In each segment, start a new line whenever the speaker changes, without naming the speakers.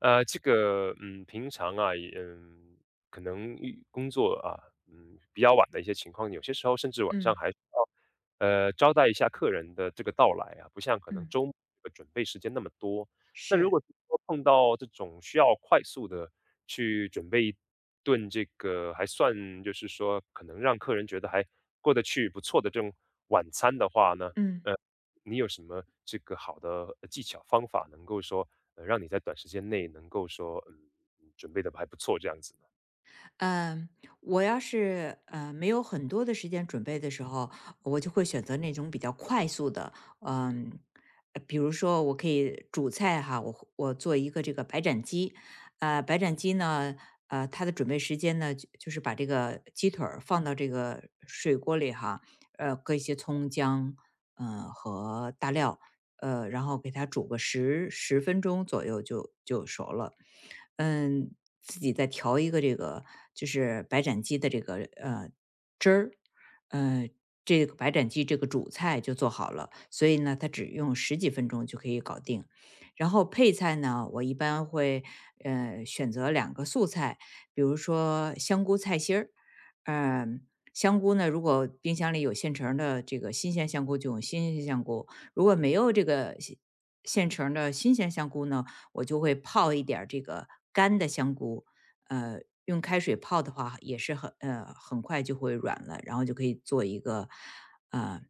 这个，平常啊，也可能遇工作啊，比较晚的一些情况，有些时候甚至晚上
嗯
还需要，招待一下客人的这个到来啊，不像可能
嗯，
周末这个准备时间那么多。那如
是，
果说碰到这种需要快速的去准备一顿这个还算就是说可能让客人觉得还过得去、不错的这种晚餐的话呢，
嗯。
呃，你有什么这个好的技巧方法能够说让你在短时间内能够说，准备的还不错这样子呢？
嗯，我要是没有很多的时间准备的时候，我就会选择那种比较快速的，嗯，比如说我可以煮菜哈，我做一个这个白斩鸡。白斩鸡呢，它的准备时间呢，就是把这个鸡腿儿放到这个水锅里哈，搁一些葱姜，和大料，然后给它煮个十分钟左右就熟了。嗯，自己再调一个这个就是白斩鸡的这个呃呃这个白斩鸡这个主菜就做好了，所以呢，它只用十几分钟就可以搞定。然后配菜呢，我一般会选择两个素菜，比如说香菇菜心儿。嗯、香菇呢，如果冰箱里有现成儿的这个新鲜香菇，就用新鲜香菇；如果没有这个现成儿的新鲜香菇呢，我就会泡一点儿这个干的香菇。用开水泡的话也是很快就会软了，然后就可以做一个，呃，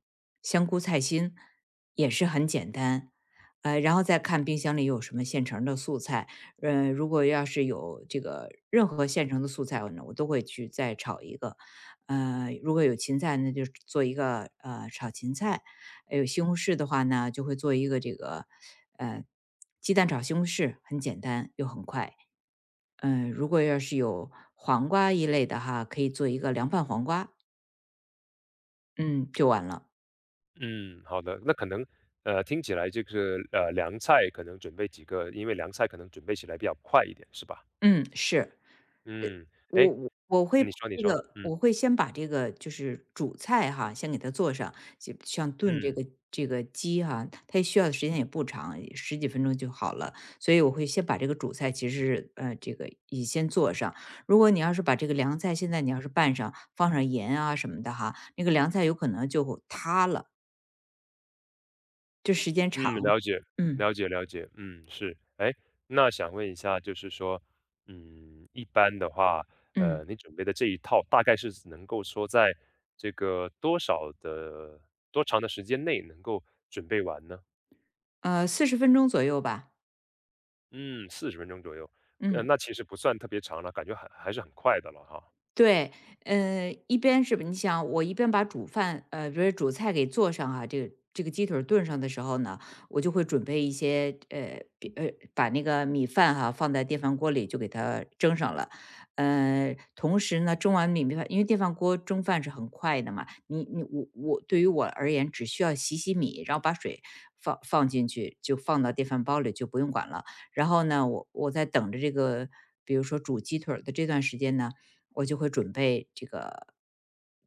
香菇菜心，也是很简单。然后再看冰箱里有什么现成的素菜，如果要是有这个任何现成的素菜呢，我都会去再炒一个。如果有芹菜，那就做一个炒芹菜。有西红柿的话呢，就会做一个这个，呃，鸡蛋炒西红柿，很简单又很快。如果要是有黄瓜一类的哈，可以做一个凉拌黄瓜，嗯，就完了。
嗯，好的，那可能听起来这个凉菜可能准备几个，因为凉菜可能准备起来比较快一点，是吧？
嗯，是。
嗯，哎，
我会把
你说你
这
说，
个，
嗯
我会先把这个就是主菜哈，先给它做上。就像炖这
嗯
个鸡哈，它需要的时间也不长，十几分钟就好了。所以我会先把这个主菜，其实是这个也先做上。如果你要是把这个凉菜，现在你要是拌上，放上盐啊什么的哈，那个凉菜有可能就塌了，这时间长
嗯，
了。
了解
嗯
了解了解，嗯是，哎，那想问一下，就是说，一般的话，
嗯。
你准备的这一套大概是能够说在这个多少的多长的时间内能够准备完呢？
40分钟左右吧，
嗯40分钟左右，
嗯。
那其实不算特别长了，感觉还是很快的了哈。
对，一边是你想我一边把煮饭，比如煮菜给做上啊，这个鸡腿儿炖上的时候呢，我就会准备一些，呃，把那个米饭哈、放在电饭锅里就给它蒸上了。同时呢，蒸完米饭，因为电饭锅蒸饭是很快的嘛，你你我我对于我而言只需要洗洗米，然后把水放进去，就放到电饭煲里就不用管了。然后呢，我在等着这个，比如说煮鸡腿儿的这段时间呢。我就会准备这个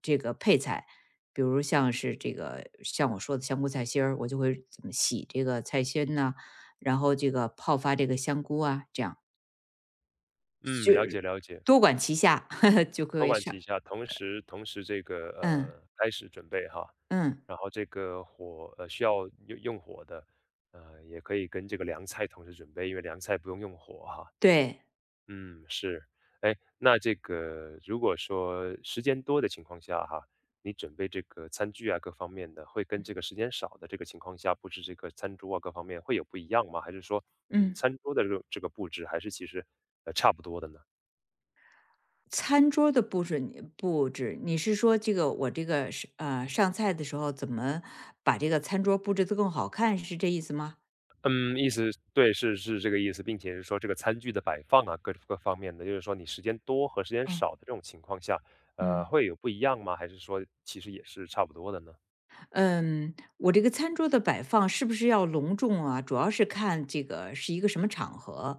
配菜，比如像是这个像我说的香菇菜心儿，我就会怎么洗这个菜心呐，然后这个泡发这个香菇啊，这样
嗯，
就
了解
是
了解，
多管齐下 就
多
会
管
上。
齐下，同时这个
嗯
开始准备哈，
嗯，
然后这个火需要用火的，也可以跟这个凉菜同时准备，因为凉菜不用用火哈。
对，
嗯，是。哎，那这个如果说时间多的情况下哈，你准备这个餐具啊各方面的，会跟这个时间少的这个情况下布置这个餐桌啊各方面会有不一样吗？还是说，嗯，
嗯，
餐桌的这个布置还是其实差不多的呢？
餐桌的布置你布置，你是说这个我这个是上菜的时候怎么把这个餐桌布置的更好看，是这意思吗？
嗯，意思对，是这个意思，并且是说这个餐具的摆放啊各方面的，就是说你时间多和时间少的
嗯
这种情况下，
嗯。
会有不一样吗？还是说其实也是差不多的呢？
嗯，我这个餐桌的摆放是不是要隆重啊？主要是看这个是一个什么场合。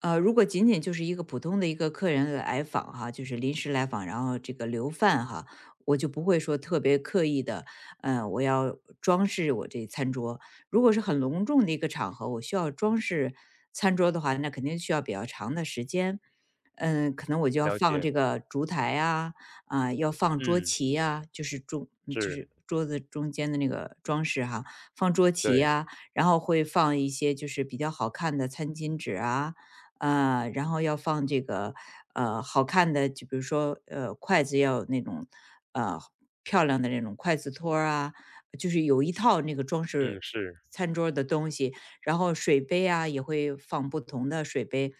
如果仅仅就是一个普通的一个客人来访哈，就是临时来访，然后这个留饭哈，我就不会说特别刻意的，我要装饰我这餐桌。如果是很隆重的一个场合，我需要装饰餐桌的话，那肯定需要比较长的时间。可能我就要
了
放
解，
这个烛台啊。要放桌
嗯，
旗呀，就是中嗯就
是，
是桌子中间的那个装饰哈，放桌旗
对，
呀，然后会放一些就是比较好看的餐巾纸啊。然后要放这个好看的，就比如说筷子要有那种呃漂亮的那种筷子托儿啊，就是有一套那个装
嗯，
饰
是。
餐桌儿的东西，然后水杯啊也会放不同的水杯。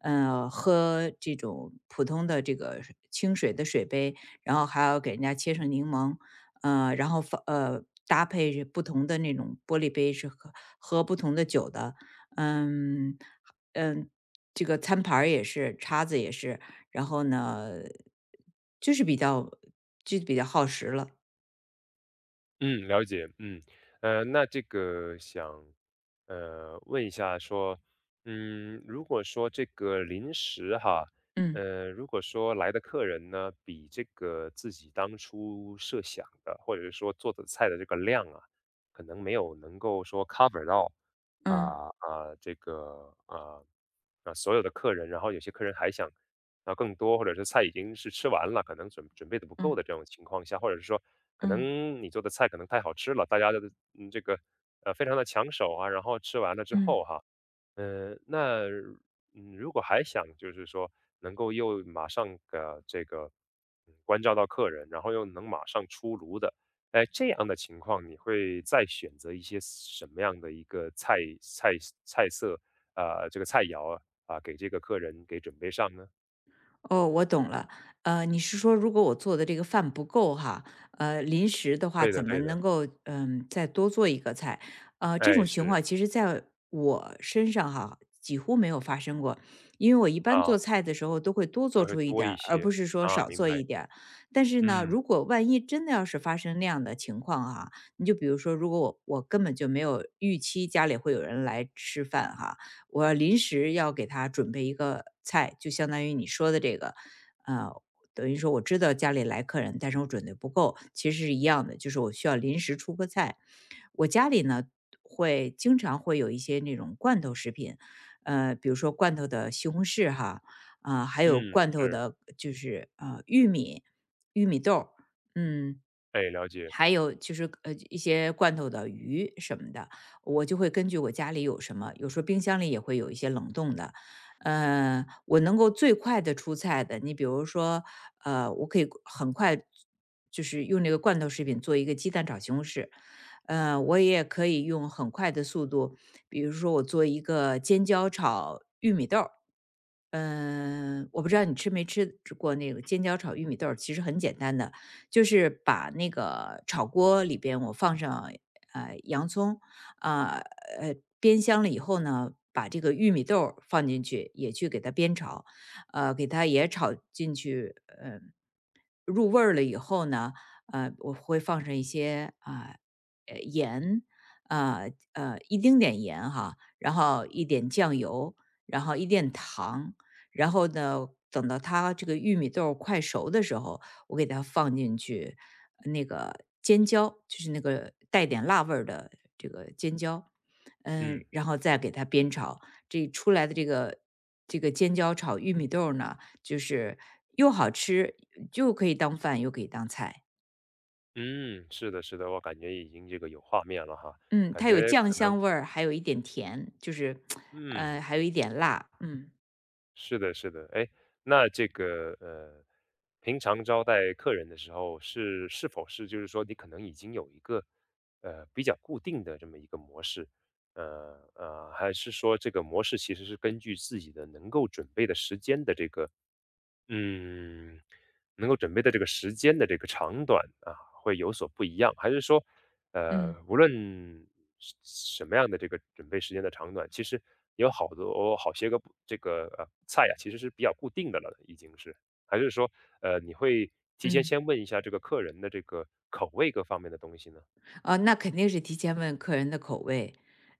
喝这种普通的这个清水的水杯，然后还要给人家切成柠檬。然后放搭配着不同的那种玻璃杯是喝不同的酒的，嗯嗯，这个餐盘儿也是，叉子也是，然后呢，就是比较就是比较耗时了。
嗯，了解，嗯，那这个想，问一下说，如果说这个临时哈，
嗯
如果说来的客人呢，比这个自己当初设想的，或者是说做的菜的这个量啊，可能没有能够说 cover 到，
嗯
这个所有的客人，然后有些客人还想要更多，或者是菜已经是吃完了，可能准备的不够
嗯
的这种情况下，或者是说可
嗯
能你做的菜可能太好吃了，大家的这个非常的抢手啊，然后吃完了之后
嗯。
哈、那如果还想就是说能够又马上这个关照到客人，然后又能马上出炉的，哎，这样的情况你会再选择一些什么样的一个菜色啊、这个菜肴、给这个客人给准备上呢？
哦，我懂了。你是说如果我做的这个饭不够哈，临时的话
对的，
怎么
对的，
能够再多做一个菜？这
哎，
种情
是
况其实在我身上哈几乎没有发生过，因为我一般
啊，
做菜的时候都会多
那
做
会
出一
多
点
一
儿而
些
不是说
啊，
少
明
做
白，
一点儿。但是呢，
嗯
如果万一真的要是发生那样的情况哈，你就比如说，如果我根本就没有预期家里会有人来吃饭哈，我临时要给他准备一个菜，就相当于你说的这个，呃，等于说我知道家里来客人，但是我准备不够，其实是一样的，就是我需要临时出个菜。我家里呢会经常会有一些那种罐头食品。比如说罐头的西红柿哈，啊、还有
嗯，
罐头
是，
的，就是玉米、玉米豆儿，嗯，
哎，了解，
还有就是一些罐头的鱼什么的，我就会根据我家里有什么，有时候冰箱里也会有一些冷冻的。我能够最快的出菜的，你比如说，我可以很快就是用这个罐头食品做一个鸡蛋炒西红柿。我也可以用很快的速度，比如说我做一个尖椒炒，嗯，我不知道你吃没吃过那个尖椒炒玉米豆儿其实很简单的，就是把那个炒锅里边我放上洋葱，啊呃煸香了以后呢，把这个玉米豆儿放进去，也去给它煸炒，给它也炒进去。呃入味儿了以后呢，我会放上一些啊、盐，一丁点盐哈，然后一点酱油，然后一点糖，然后呢，等到它这个玉米豆儿快熟的时候，我给它放进去那个尖椒，就是那个带点辣味儿的这个尖椒，
嗯。
然后再给它煸炒。这出来的这个尖椒炒玉米豆儿呢，就是又好吃，又可以当饭，又可以当菜。
嗯，是的，是的，我感觉已经这个有画面了哈，
嗯，
感
它有
觉
酱
可能，
香味儿，还有一点甜，就是，
嗯，
还有一点辣。嗯
是的，是的，哎，那这个，平常招待客人的时候是否是就是说你可能已经有一个比较固定的这么一个模式，还是说这个模式其实是根据自己的能够准备的时间的这个嗯，能够准备的这个时间的这个长短啊，会有所不一样，还是说，
嗯
无论是什么样的这个准备时间的长短，其实有好些个不这个菜啊，其实是比较固定的了，已经是，还是说，你会提前
嗯。
先问一下这个客人的这个口味各方面的东西呢？
啊，那肯定是提前问客人的口味，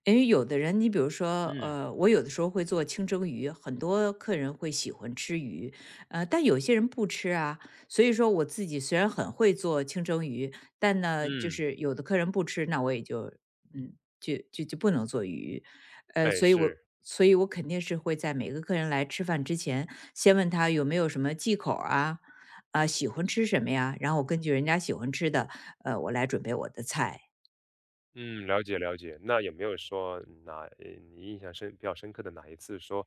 因为有的人，你比如说，
嗯
我有的时候会做清蒸鱼，很多客人会喜欢吃鱼。但有些人不吃啊。所以说，我自己虽然很会做清蒸鱼，但呢，就
嗯，
是有的客人不吃，那我也就，嗯，就不能做鱼，
哎
所以我。
是。
所以我肯定是会在每个客人来吃饭之前，先问他有没有什么忌口啊，啊、喜欢吃什么呀？然后我根据人家喜欢吃的，我来准备我的菜。
嗯，了解了解。那有没有说你印象深比较深刻的哪一次说，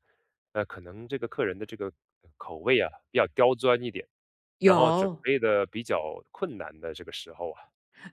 可能这个客人的这个口味啊比较刁钻一点，然后准
有
备的比较困难的这个时候啊，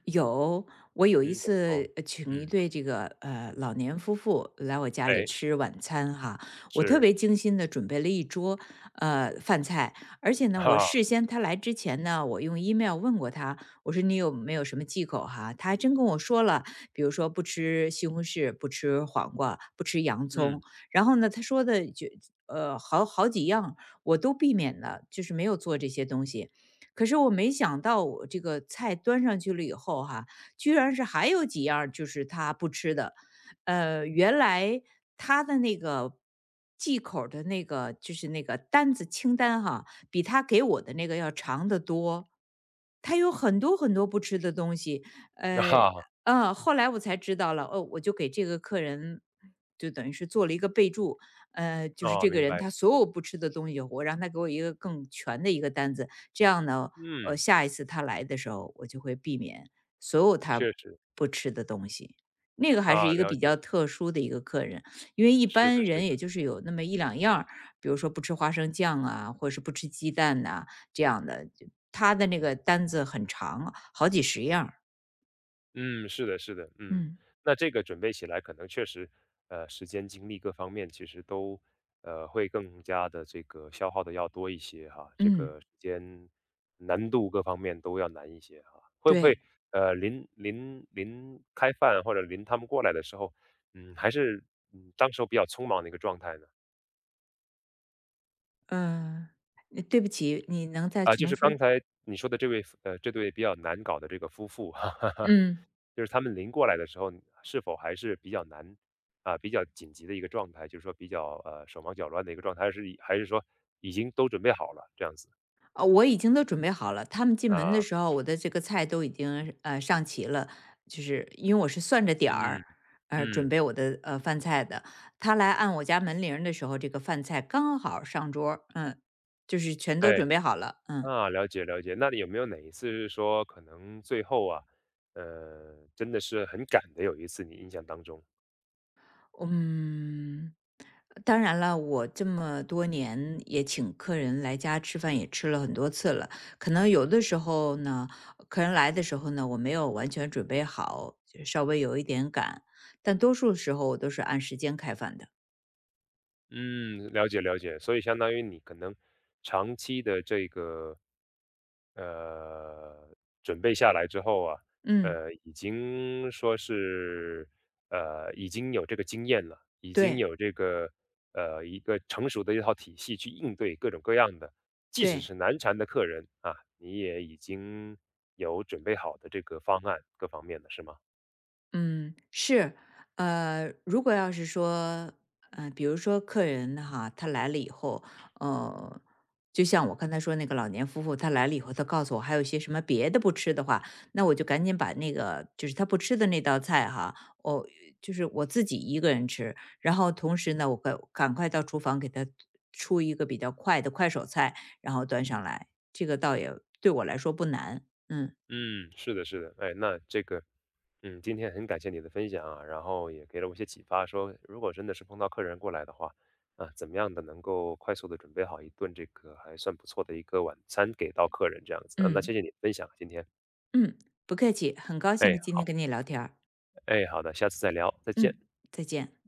有，我有一
嗯，怎么说？
次请一
嗯，
对这个老年夫妇来我家里
哎，
吃晚餐哈，我特
是，
别精心的准备了一桌饭菜，而且 呢，
哈
我事
哈，
先他来之前呢，我用 email 问过他，我说你有没有什么忌口哈？他还真跟我说了，比如说不吃西红柿，不吃黄瓜，不吃洋葱，
嗯，
然后呢，他说的就好几样我都避免了，就是没有做这些东西。可是我没想到我这个菜端上去了以后哈，居然是还有几样儿就是他不吃的。原来他的那个忌口儿的那个就是那个单子清单哈，比他给我的那个要长得多。他有很多很多不吃的东西，
哈
呃，
哈，
后来我才知道了。哦，我就给这个客人就等于是做了一个备注，就是
啊，哦
这个
明
人
白，
他所有不吃的东西，我让他给我一个更全的一个单子，这样呢，
嗯，
下一次他来的时候，我就会避免所有他
确实
不吃的东西。那个还是
啊，
一个
了
比
解，
较特殊的一个客人，因为一
是的，
般
是
人也
的。
就是有那么一两样儿比如说不吃花生酱啊，或者是不吃鸡蛋呐、这样的。就他的那个单子很长，好几十样儿。
嗯，是的，是的，嗯，
嗯
那这个准备起来可能确实，时间、精力各方面其实都，会更加的这个消耗的要多一些哈，这
嗯，
个时间难度各方面都要难一些哈。会不会
对，
临开饭或者临他们过来的时候，还是当时候比较匆忙的一个状态呢？
嗯、对不起，你能再
啊，就
重
是
说？
刚才你说的这位夫呃，这对比较难搞的这个夫妇，哈。
嗯。
就是他们临过来的时候，是否还是比较难啊、比较紧急的一个状态，就是说比较手忙脚乱的一个状态，还是还是说已经都准备好了这样子
我已经都准备好了。他们进门的
啊？
时候，我的这个菜都已经上齐了，就是因为我是算着点
嗯
儿，
嗯，
准备我的饭菜的。他来按我家门铃儿的时候，这个饭菜刚好上桌儿，就是全都
哎
准备好了，嗯。
啊，了解了解。那你有没有哪一次是说可能最后啊，真的是很赶的有一次你印象当中？
嗯，当然了，我这么多年也请客人来家吃饭，也吃了很多次了。可能有的时候呢，客人来的时候呢，我没有完全准备好，就稍微有一点赶，但多数时候我都是按时间开饭的。
嗯，了解了解，所以相当于你可能长期的这个呃准备下来之后啊，
嗯，
已经说是已经有这个经验了，已经
对
有这个一个成熟的一套体系去应对各种各样的，即使
对。
是难缠的客人啊，你也已经有准备好的这个方案各方面的是吗？
嗯，是。如果要是说，比如说客人哈，他来了以后，呃，就像我刚才说那个老年夫妇，他来了以后，他告诉我还有些什么别的不吃的话，那我就赶紧把那个就是他不吃的那道菜哈，我就是我自己一个人吃，然后同时呢，我赶快到厨房给他出一个比较快的快手菜，然后端上来，这个倒也对我来说不难，嗯
嗯，是的，是的，哎，那这个，嗯，今天很感谢你的分享啊，然后也给了我一些启发，说如果真的是碰到客人过来的话，啊，怎么样的能够快速的准备好一顿这个还算不错的一个晚餐给到客人这样子啊，那
嗯，
谢谢你的分享啊，今天，
嗯，不客气，很高
哎
兴今天跟你聊天儿。
哎，好的，下次再聊，再见。
嗯，再见。